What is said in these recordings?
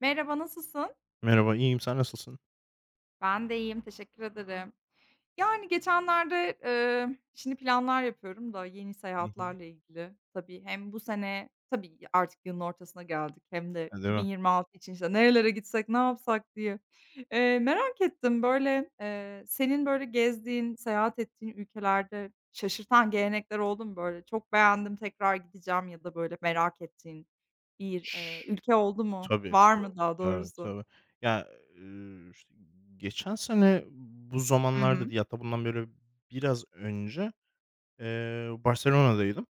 Merhaba, nasılsın? Merhaba, iyiyim. Sen nasılsın? Ben de iyiyim, teşekkür ederim. Yani geçenlerde, şimdi planlar yapıyorum da yeni Hı hı. seyahatlerle ilgili. Tabii hem bu sene, tabii artık yılın ortasına geldik hem de Ha, değil mi? 2026 için işte nerelere gitsek, ne yapsak diye. Merak ettim böyle, senin böyle gezdiğin, seyahat ettiğin ülkelerde şaşırtan gelenekler oldu mu böyle? Çok beğendim, tekrar gideceğim ya da böyle merak ettiğin bir, ülke oldu mu? Tabii, Var tabii. mı daha Tabii, doğrusu? tabii. Ya, işte, geçen sene bu zamanlarda diye hatta bundan böyle biraz önce, Barcelona'daydım.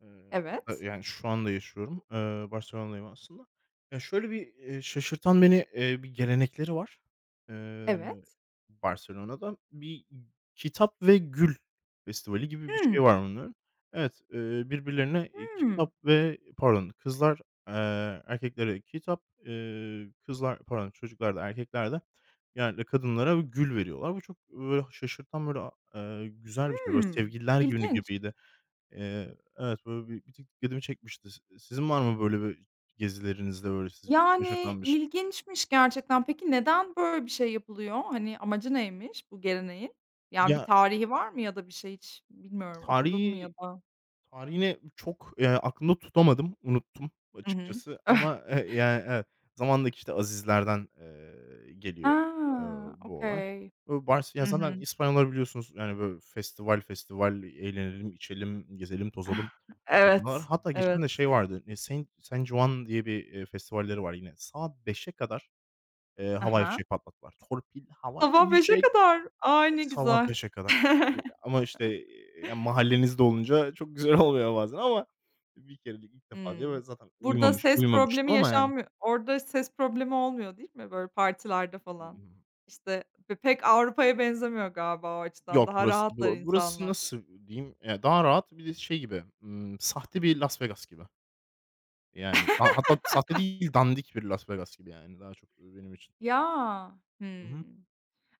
Hatta Evet, yani şu anda yaşıyorum. Barcelona'dayım aslında. Ya, şöyle bir, şaşırtan beni, bir gelenekleri var. Eee, evet. Barcelona'da bir kitap ve gül festivali gibi bir Hımm. şey var onların. Evet, birbirlerine, Hımm. kitap ve pardon kızlar, erkeklere kitap, kızlar pardon çocuklar da erkekler de genellikle kadınlara gül veriyorlar. Bu çok, böyle, şaşırtan, böyle, güzel bir şey. Böyle Hımm. sevgililer günü İlginç. gibiydi. Evet, böyle bir tık dikkatimi çekmişti. Sizin var mı böyle bir gezilerinizde böyle sizi Yani, şaşırtan bir şey? ilginçmiş gerçekten. Peki neden böyle bir şey yapılıyor? Hani, amacı neymiş bu geleneğin? Yani, bir Ya, tarihi var mı ya da bir şey hiç bilmiyorum, okudun mu ya tarihi da? tarihini çok, aklımda tutamadım, unuttum Hı hı. açıkçası ama, yani, evet, zamandaki, işte, azizlerden, geliyor, eee, A! bu olay. Okay. Böyle bars Hı ya, zaten hı. İspanyollar biliyorsunuz, yani, böyle festival festival, eğlenelim, içelim, gezelim, tozalım. Bunlar. Evet, Hatta geçen de evet. şey vardı, San Juan diye bir, festivalleri var yine. Saat 5'e kadar Hı havai hı. fişek patlattılar. Torpil, havai Sabah beşe fişek kadar. Ay, ne sabah güzel. 5'e kadar. Ama, işte, ya, mahallenizde olunca çok güzel olmuyor bazen ama bir kerelik ilk defa diye Hımm. böyle zaten Burada ses problemi uyumamıştım ama yani. yaşanmıyor. Orada ses problemi olmuyor değil mi böyle partilerde falan? Imm, İşte, pe pek Avrupa'ya benzemiyor galiba o açıdan. yok Daha burası rahatlar burası insanlar. nasıl diyeyim, ya, daha rahat bir de şey gibi, sahte bir Las Vegas gibi. Yani, hatta sahte değil, dandik bir Las Vegas gibi yani daha çok, benim için. Ya! Hı hı. Hımm.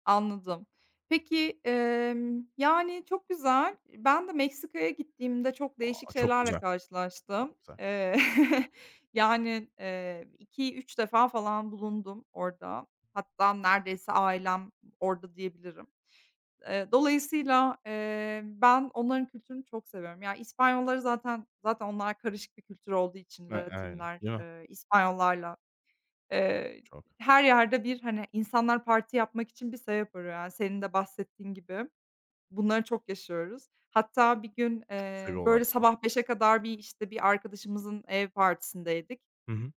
Anladım. Peki, yani, çok güzel. Ben de Meksika'ya gittiğimde çok değişik A, çok şeylerle güzel, çok karşılaştım. güzel. Yani, 2-3 defa falan bulundum orada. Hatta neredeyse ailem orada diyebilirim. Dolayısıyla, ben onların kültürünü çok seviyorum. Ya, İspanyolları zaten onlar karışık bir kültür olduğu için E aynen, Latinler, değil mi? İspanyollarla, eee, Çok. her yerde bir, hani, insanlar parti yapmak için bir sebep arıyor. Yani, senin de bahsettiğin gibi bunları çok yaşıyoruz. Hatta bir gün, Seviyorlar böyle, ya. sabah beşe kadar bir, işte, bir arkadaşımızın ev partisindeydik. Hı hı.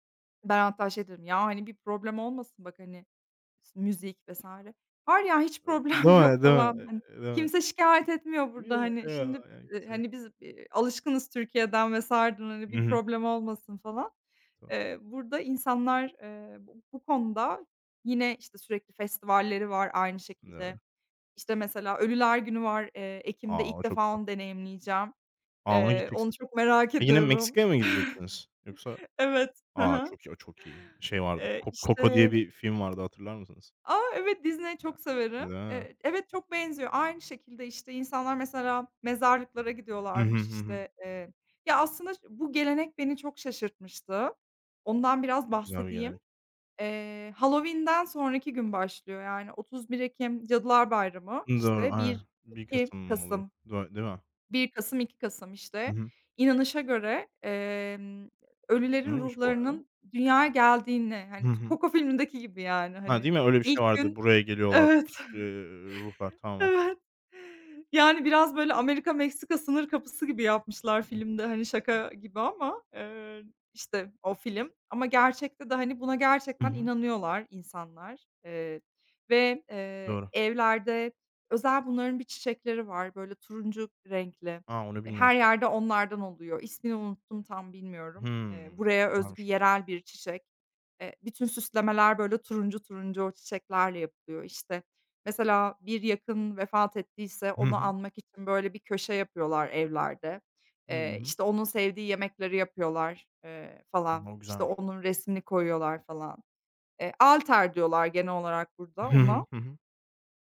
Ben hatta şey dedim, "Ya, hani, bir problem olmasın bak, hani, müzik vs. Var ya, hiç Değil problem yok." mi, değil mi? falan. Hani, Değil mi? kimse şikâyet etmiyor Yo, burada, hani. yo, Şimdi, yani kimse yok. hani, biz, alışkınız Türkiye'den vs. dan, hani, Hı bir hı. problem olmasın falan. Burada insanlar, bu konuda yine, işte, sürekli festivalleri var aynı şekilde. Doğru. İşte, mesela Ölüler Günü var, ekimde. A! O İlk çok defa güzel. onu deneyimleyeceğim. A, ona Onu gideceksiniz. çok merak E, yine ediyorum. Meksika'ya mı gideceksiniz? Yoksa Evet. Hı A, hı. çok iyi, o çok iyi. Şey vardı, Eee, Coco işte diye bir film vardı, hatırlar mısınız? A! Evet, Disney'i çok severim. Değil mi? Evet, çok benziyor. Aynı şekilde, işte, insanlar mesela mezarlıklara Hı hı, gidiyorlarmış, hı hı. işte, ya, aslında bu gelenek beni çok şaşırtmıştı. Ondan biraz Güzel bir bahsedeyim. gelenek. Halloween'den sonraki gün başlıyor. Yani 31 Ekim Cadılar Bayramı, Doğru, işte, aynen. bir 1-2 Kasım mı oluyor? Kasım, Değil mi? 1 Kasım, 2 Kasım, Hı işte. hı. İnanışa göre, ölülerin Öyleymiş bu arada. ruhlarının dünyaya geldiğini, hani, Hı hı. Coco filmindeki gibi yani, Ha, hani, değil mi? Öyle bir şey ilk vardı. gün. Buraya geliyorlar, Evet. işte, ruhlar. Tamam. Evet. Yani, biraz böyle Amerika-Meksika sınır kapısı gibi yapmışlar filmde, hani, şaka gibi ama, işte, o film ama gerçekte de, hani, buna Hı gerçekten hı. inanıyorlar insanlar, ve, Doğru. evlerde özel bunların bir çiçekleri var, böyle turuncu renkli. A, onu E, bilmiyorum. her yerde onlardan oluyor. İsmini unuttum, tam bilmiyorum. Hımm. Buraya özgü Güzelmiş. yerel bir çiçek. Bütün süslemeler böyle turuncu turuncu o çiçeklerle yapılıyor işte. Mesela bir yakın vefat ettiyse Hı onu hı. anmak için böyle bir köşe yapıyorlar evlerde. Hı hı. İşte, onun sevdiği yemekleri yapıyorlar, falan. O İşte, güzelmiş. onun resmini koyuyorlar falan. Altar diyorlar genel olarak Hı burada hı. ona, Hı hı.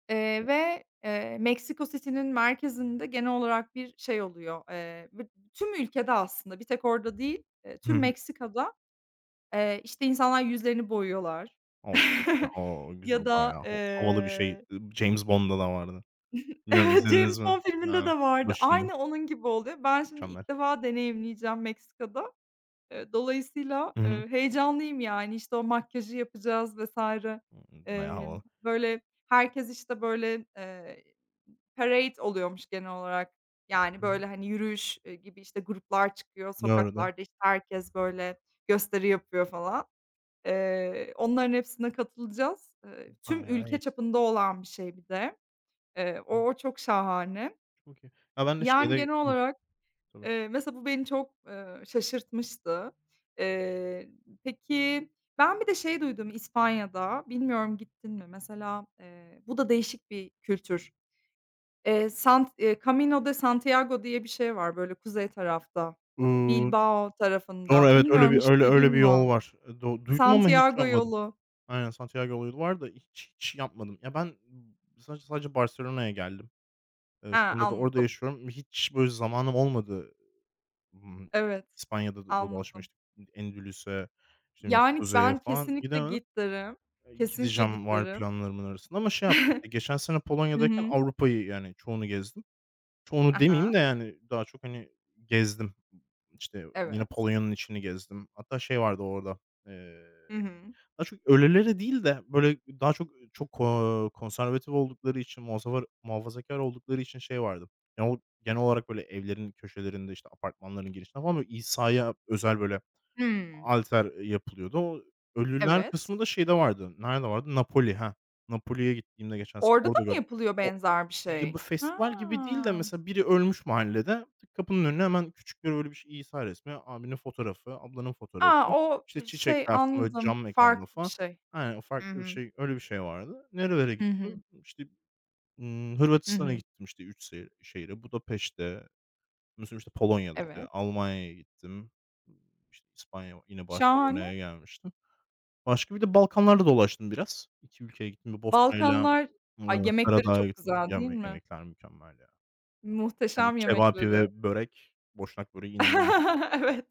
ve, Mexico City'nin merkezinde genel olarak bir şey oluyor. Tüm ülkede aslında bir tek orada değil, Hı tüm hı. Meksika'da, işte, insanlar yüzlerini boyuyorlar. O, çok güzel. O, güzel. Ya da, Bayağı havalı bir şey. James Bond'da da vardı. Bilmiyorum evet, James izlediniz mi? Bond filminde Ha, de vardı. başında. Aynı onun gibi oluyor. Ben şimdi Mükemmel. ilk defa deneyimleyeceğim Meksika'da. Dolayısıyla, Hı hı. Heyecanlıyım yani. İşte, o makyajı yapacağız vs. Bayağı havalı. Böyle, herkes, işte, böyle, parade oluyormuş genel olarak. Yani, Hı hı. böyle, hani, yürüyüş, gibi, işte, gruplar çıkıyor Doğru, doğru. sokaklarda, işte, herkes, böyle, gösteri yapıyor falan. Onların hepsine katılacağız. Tüm Bayağı ülke iyi. çapında olan bir şey bir de. O Hı, o çok şahane. çok iyi. Ya, ben de Yani, şeyde genel olarak, tabii. Mesela bu beni çok, şaşırtmıştı. Eee, peki, ben bir de şey duydum İspanya'da, bilmiyorum gittin mi? Mesela, bu da değişik bir kültür. Sant Camino de Santiago diye bir şey var, böyle, kuzey tarafta, Iıı, Bilbao doğru tarafında. evet, öyle Bilmiyorum bir hiç öyle öyle duydun bir yol mu? var. E, duydum ama hiç Santiago yapmadım. yolu. Aynen Santiago yolu var da hiç yapmadım. Ya, ben sadece Barcelona'ya geldim. He, Şu anda da orada anladım. yaşıyorum. Hiç böyle zamanım olmadı. Imm, Evet, İspanya'da da dolaşmaya, anladım. işte, Endülüs'e, işte, Yani, kuzeye ben falan kesinlikle gidemedim. git derim. Kesinlikle Gideceğim, git var derim. planlarımın arasında ama şey yaptım, işte, geçen sene Hı Polonya'dayken hı. Avrupa'yı, yani, çoğunu gezdim. Hı Çoğunu demeyeyim hı. de, yani, daha çok, hani, gezdim. İşte, yine Evet. Polonya'nın içini gezdim. Hatta şey vardı orada, eee Hı hı. daha çok öylelere değil de, böyle, daha çok çok konservatif oldukları için, muhafazakâr oldukları için şey vardı. Ya, o genel olarak, böyle, evlerin köşelerinde, işte, apartmanların girişinde falan, böyle, İsa'ya özel, böyle, Hımm. altar yapılıyordu. O ölüler Evet. kısmı da şeyde vardı. Nerede vardı? Napoli, hah. Napoli'ye gittiğimde geçen sene Orada da orada mı gördüm. yapılıyor benzer bir Ya, bu şey? Ha. festival gibi değil de mesela biri ölmüş mahallede, tık kapının önüne hemen küçük bir böyle, bir şey İsa resmi, abinin fotoğrafı, ablanın fotoğrafı, A, o işte, şey çiçekler falan, böyle, anladım. cam mekanda Farklı bir falan. şey. Aynen, Hı farklı bir hı. şey, öyle bir şey vardı. Nerelere Hı hı. gittim? İşte, Hı Hırvatistan'a hı. gittim, işte, 3 şehre, Budapeşte, ondan sonra, işte, Polonya'da, işte, Evet. Almanya'ya gittim, ımm, işte, İspanya, yine Şahane. Barcelona'ya gelmiştim. Başka bir de Balkanlar'da dolaştım biraz. 2 ülkeye gittim. Bir Bosna'yla, Balkanlar. Ay, yemekleri Karadağ'a çok gittim. güzel değil mi? Yemekler mükemmel ya. Yani Muhteşem çevapi yemekleri. ve börek, Boşnak böreği inanılmaz. Evet.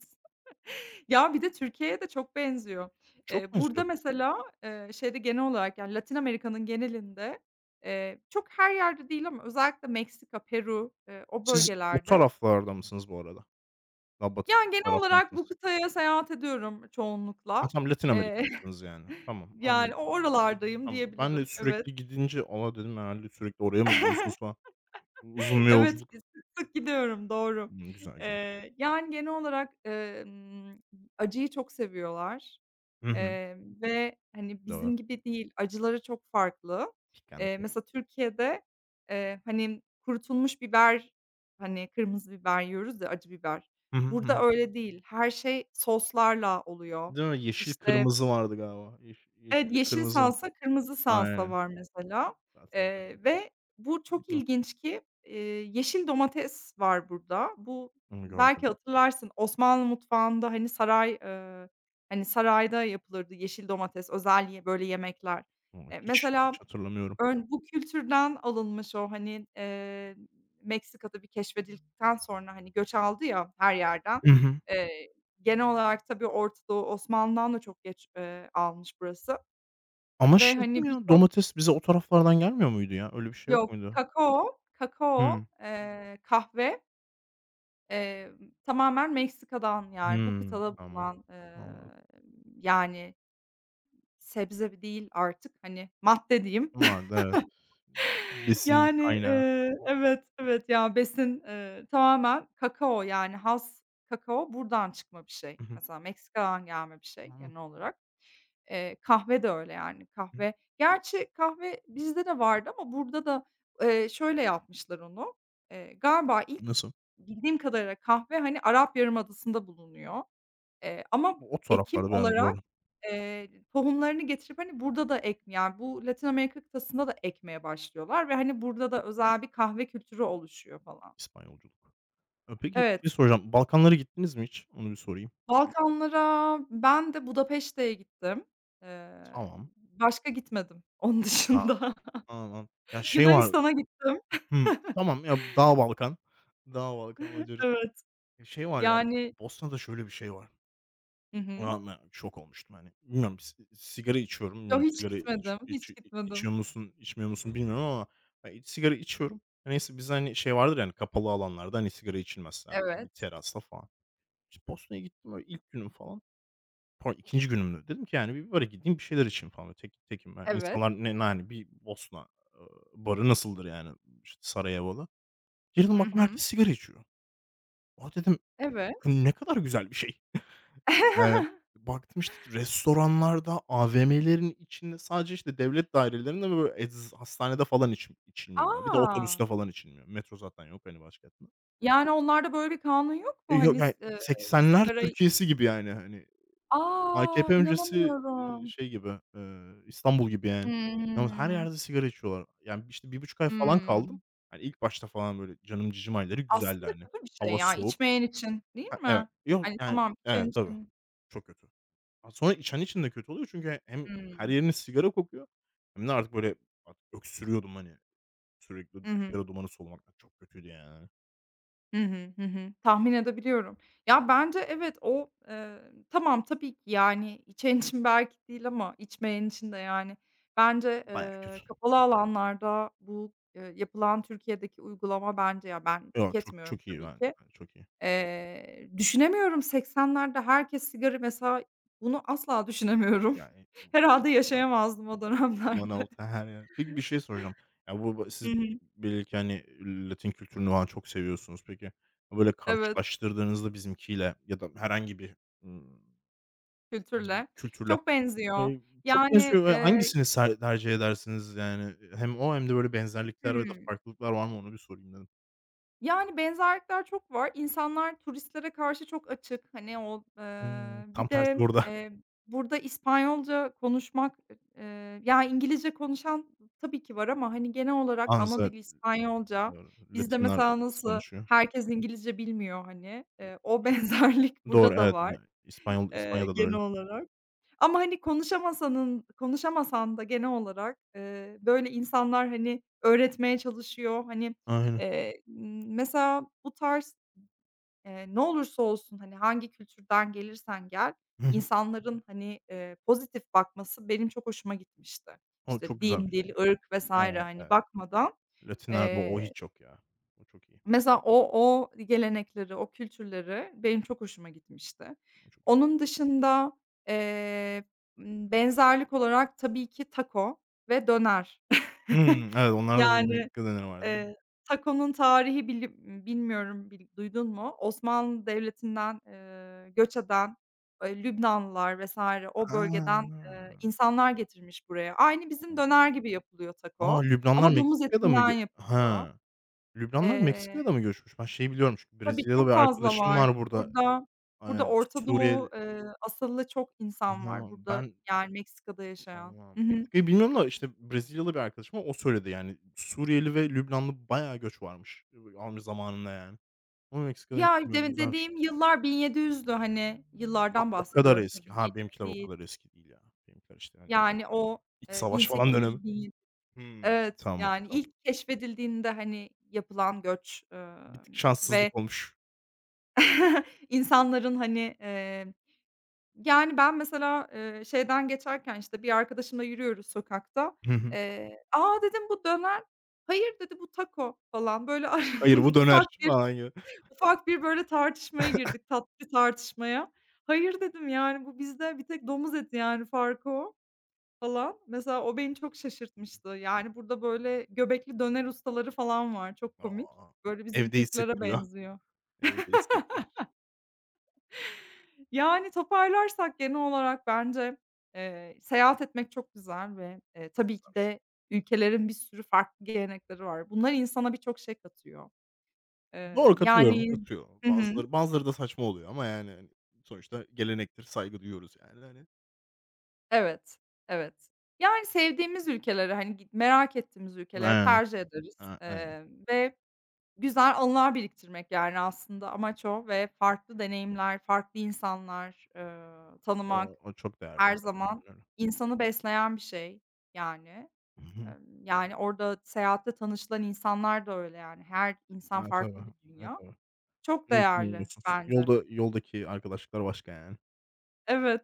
Ya, bir de Türkiye'ye de çok benziyor. Çok Burada benziyor. mesela, şeyde genel olarak, yani, Latin Amerika'nın genelinde, çok her yerde değil ama özellikle Meksika, Peru, o Siz o bölgelerde, taraflarda mısınız bu arada? Daha batı yani, genel tarafta olarak bu mısınız? kıtaya seyahat ediyorum Ha, çoğunlukla. tam Latin Eee, Amerika'dasınız yani. Tamam, anladım. yani, oralardayım Tamam. Ben de diyebilirim. Evet. sürekli gidince, "A!" dedim, "Herhâlde sürekli oraya mı gidiyorsunuz?" falan. Uzun bir Evet, yolculuk. sık sık gidiyorum, doğru. Hımm, güzel, güzel. Yani, genel olarak, acıyı çok seviyorlar. Hı hı. Eee, Ve, hani, Doğru. bizim gibi değil, acıları çok farklı. Pikante. Mesela Türkiye'de, hani, kurutulmuş biber, hani, kırmızı biber yiyoruz ya, acı biber. Hı hı, hı Burada hı. öyle değil. Her şey soslarla oluyor. Değil mi? Yeşil İşte kırmızı vardı galiba. Yeşil Evet, yeşil kırmızı. salsa, kırmızı salsa Aynen. var mesela, Tartar biberi. Ve bu çok Güzel. ilginç ki, yeşil domates var burada. Bu Onu belki görmedim. hatırlarsın Osmanlı mutfağında, hani, saray, hani, sarayda yapılırdı yeşil domates, özel ye böyle yemekler. Onu Mesela hiç hatırlamıyorum. Bu kültürden alınmış o, hani, Meksika tabii keşfedildikten sonra, hani, göç aldı ya her yerden. Hı hı. Eee, Genel olarak tabii Orta Doğu, Osmanlı'dan da çok geç, almış burası. Ama Ve, şey değil hani, mi ya? Domates bize o taraflardan gelmiyor muydu ya? Öyle bir şey yok yok, muydu? kakao, Hımm. Kahve, eee, tamamen Meksika'dan, yani, bu Hımm. kıtada Tamam. bulunan, Anladım. yani, sebze değil artık, hani, madde diyeyim. O evet. Besin Yani, kaynağı. Evet, ya, besin, tamamen kakao, yani, has kakao buradan çıkma bir şey. Hı hı. Mesela Meksika'dan gelme bir şey Anladım. genel olarak. Kahve de öyle yani Hı. kahve. Gerçi kahve bizde de vardı ama burada da, şöyle yapmışlar onu. Galiba ilk Nasıl? Bildiğim kadarıyla kahve, hani, Arap Yarımadası'nda bulunuyor, ama O ekim taraflarda yani olarak, doğru. Tohumlarını getirip, hani, burada da yani bu Latin Amerika kıtasında da ekmeye başlıyorlar ve, hani, burada da özel bir kahve kültürü oluşuyor falan. İspanyolculuk. Peki bir şey Evet, soracağım. Balkanlara gittiniz mi hiç? Onu bir sorayım. Balkanlara ben de Budapeşte'ye gittim. Eee, Tamam. Başka gitmedim onun Ha, dışında. tamam. Ya şey var Yunanistan'a gittim. Hımm. Tamam ya Dağ Balkan. Dağ Balkan Macaristan. Evet. Şey var ya, Yani. Bosna'da şöyle bir şey var. Hı hı. A, ben şok olmuştum, hani, bilmiyorum sigara içiyorum. Yo, Bilmiyorum hiç sigara iç gitmedim, iç hiç gitmedim. içiyor musun, içmiyor musun bilmiyorum ama, hani, sigara içiyorum. Neyse bizde, hani, şey vardır yani kapalı alanlarda, hani, sigara içilmez sadece. Bir Evet, terasta falan. İşte Bosna'ya gittim öyle ilk günüm falan. Pardon 2'nci günümdü. Dedim ki, yani, bir bara gideyim bir şeyler içeyim falan. Tek tekim ben. evet. İnsanlar ne hani, bir Bosna, eee, barı nasıldır yani? İşte Sarajevo'da. Girdim Hı baktım herkes hı. sigara içiyor. "A," dedim, Evet. "ne kadar güzel bir şey." Yani, baktım, işte, restoranlarda, AVM'lerin içinde sadece, işte, devlet dairelerinde ve böyle hastanede falan içilmiyor ya. Bir de A! otobüste falan içilmiyor. Metro zaten yok, hani, başkentte. Yani onlarda böyle bir kanun yok E, mu? yok, Hani, s yani, 80'ler sigarayı. Türkiye'si gibi, yani, hani, A! AKP öncesi, İnanamıyorum. şey gibi, İstanbul gibi, yani. Yalnız her Hımm. yerde sigara içiyorlar. Yani, işte, 1,5 ay falan kaldım. Hımm. Hani, ilk başta falan böyle canım cicim ayları güzeldi, Aslında hani. kötü bir Hava şey ya soğuk. içmeyen için, değil Ha, evet. mi? Yok, Hani, yani tamam içen Evet, tabii. için. Çok kötü. A, sonra içen için de kötü oluyor çünkü hem her Hmm. yeriniz sigara kokuyor hem de artık böyle artık öksürüyordum, hani, sürekli Hı hı. sigara dumanı solumaktan çok kötüydü yani. Hı hı. Hı hı. Tahmin edebiliyorum. Ya, bence evet, o, tamam, tabii ki, yani, içen için belki değil ama içmeyen için de, yani, bence, Bayağı kötü. kapalı alanlarda bu, yapılan Türkiye'deki uygulama bence ya, ben Yo, çok tüketmiyorum çok iyi tabii ki. ben çok iyi. Düşünemiyorum 80'lerde herkes sigara mesela bunu asla düşünemiyorum. Yani, Herhalde bayağı yaşayamazdım o duman dönemlerde. altı her yer. Peki bir şey soracağım. Ya, bu Hı siz hı. belli ki, hani, Latin kültürünü falan çok seviyorsunuz. Peki, böyle Evet, karşılaştırdığınızda bizimkiyle ya da herhangi bir, ımm, kültürle. kültürle Çok benziyor. Çok Yani, benziyor ve eee hangisini tercih edersiniz? Yani, hem o hem de böyle benzerlikler ya da Hıı. farklılıklar var mı onu bir sorayım dedim. Yani, benzerlikler çok var. İnsanlar turistlere karşı çok açık. Hani, o, Tam bir tersi de, burada. Burada İspanyolca konuşmak, ya, İngilizce konuşan tabii ki var ama, hani, genel olarak Yalnız ana evet, dili İspanyolca. doğru. Bizde Latinler mesela az nasıl konuşuyor. herkes İngilizce bilmiyor, hani, o benzerlik Doğru, burada da evet. var, İspanya'da da öyle. genel olarak. Ama, hani, konuşamasan da genel olarak, böyle insanlar, hani, öğretmeye çalışıyor. Hani, Aynen. Mesela bu tarz, ne olursa olsun, hani, hangi kültürden gelirsen gel, Hı hı. insanların, hani, pozitif bakması benim çok hoşuma gitmişti. O İşte, çok güzel bir din, şey. dil, ırk vesaire Evet, hani, evet. bakmadan, Latinler'de o eee hiç yok ya. O çok iyi. mesela o gelenekleri, o kültürleri benim çok hoşuma gitmişti. O çok iyi. Onun dışında, eee, benzerlik olarak tabii ki taco ve döner. Hımm, evet, onlarda bir Yani, Meksika döneri var değil mi? eee, taco'nun tarihi bili bilmiyorum duydun mu? Osmanlı Devleti'nden, göç eden, Lübnanlılar vs. o bölgeden, A! İnsanlar getirmiş buraya. Aynı bizim döner gibi yapılıyor A! taco Lübnanlar ama domuz Meksika'da mı etinden gö yapılıyor. He. Lübnanlılar Eee Meksika'ya da mı göçmüş? Ben şeyi biliyorum çünkü Tabii, Brezilyalı bir çok fazla arkadaşım var. var burada. Burada burada Aynen, Orta Suriyeli Doğu, asıllı çok insan Ha, var burada, ben yani, Meksika'da yaşayan. Tamam. Hı hı. Meksika'yı bilmiyorum da, işte, Brezilyalı bir arkadaşım var, o söyledi yani. Suriyeli ve Lübnanlı bayağı göç varmış, zamanında yani. Ama Meksika'da hiç Ya, bilmiyordum. Güzelmiş. dediğim yıllar 1700'dü, hani, Ha, yıllardan o kadar bahsediyorum tabii, eski. Ha, yeni benimkiler o değil. kadar eski değil ya. Benimkiler, işte, hani, Yani, o, iç savaş falan dönemi. 1800, 1700. Hımm. Evet, Tamam, yani, tamam. ilk keşfedildiğinde, hani, yapılan göç, Bir tık ve şanssızlık olmuş. insanların, hani, yani, ben mesela, şeyden geçerken, işte, bir arkadaşımla yürüyoruz sokakta. Hı hı. "A!" dedim, "Bu döner." "Hayır." dedi, "Bu taco." falan. Böyle Hayır, bu döner ufak bir falan gibi. ufak bir böyle tartışmaya girdik, tatlı bir tartışmaya. "Hayır." dedim, yani, "Bu bizde bir tek domuz eti, yani, farkı o." falan. Mesela o beni çok şaşırtmıştı. Yani, burada böyle göbekli döner ustaları falan var. Çok A! komik. Böyle bizim Evde Türklere hissettiriyor. benziyor. Evde hissettirir. Yani, toparlarsak genel olarak bence, seyahat etmek çok güzel ve, Çok tabii ki güzelmiş. de ülkelerin bir sürü farklı gelenekleri var. Bunlar insana birçok şey katıyor. Eee, Doğru, katılıyorum, yani katılıyorum. Hı hı. Bazıları da saçma oluyor ama yani, hani, sonuçta gelenektir, saygı duyuyoruz yani, hani. Evet, evet. Yani, sevdiğimiz ülkelere, hani, merak ettiğimiz ülkeleri Aynen, tercih ederiz, aynen. Ve güzel anılar biriktirmek, yani, aslında amaç o ve farklı deneyimler, farklı insanlar, tanımak O çok değerli. her Evet, aynen zaman öyle. insanı besleyen bir şey, yani. Hı hı. Yani, orada seyahatte tanışılan insanlar da öyle, yani, her insan Evet, tabii. farklı bir Evet, dünya. tabii. Çok değerli Unutmuyorsun. Bence. Yoldaki arkadaşlıklar başka yani. Evet.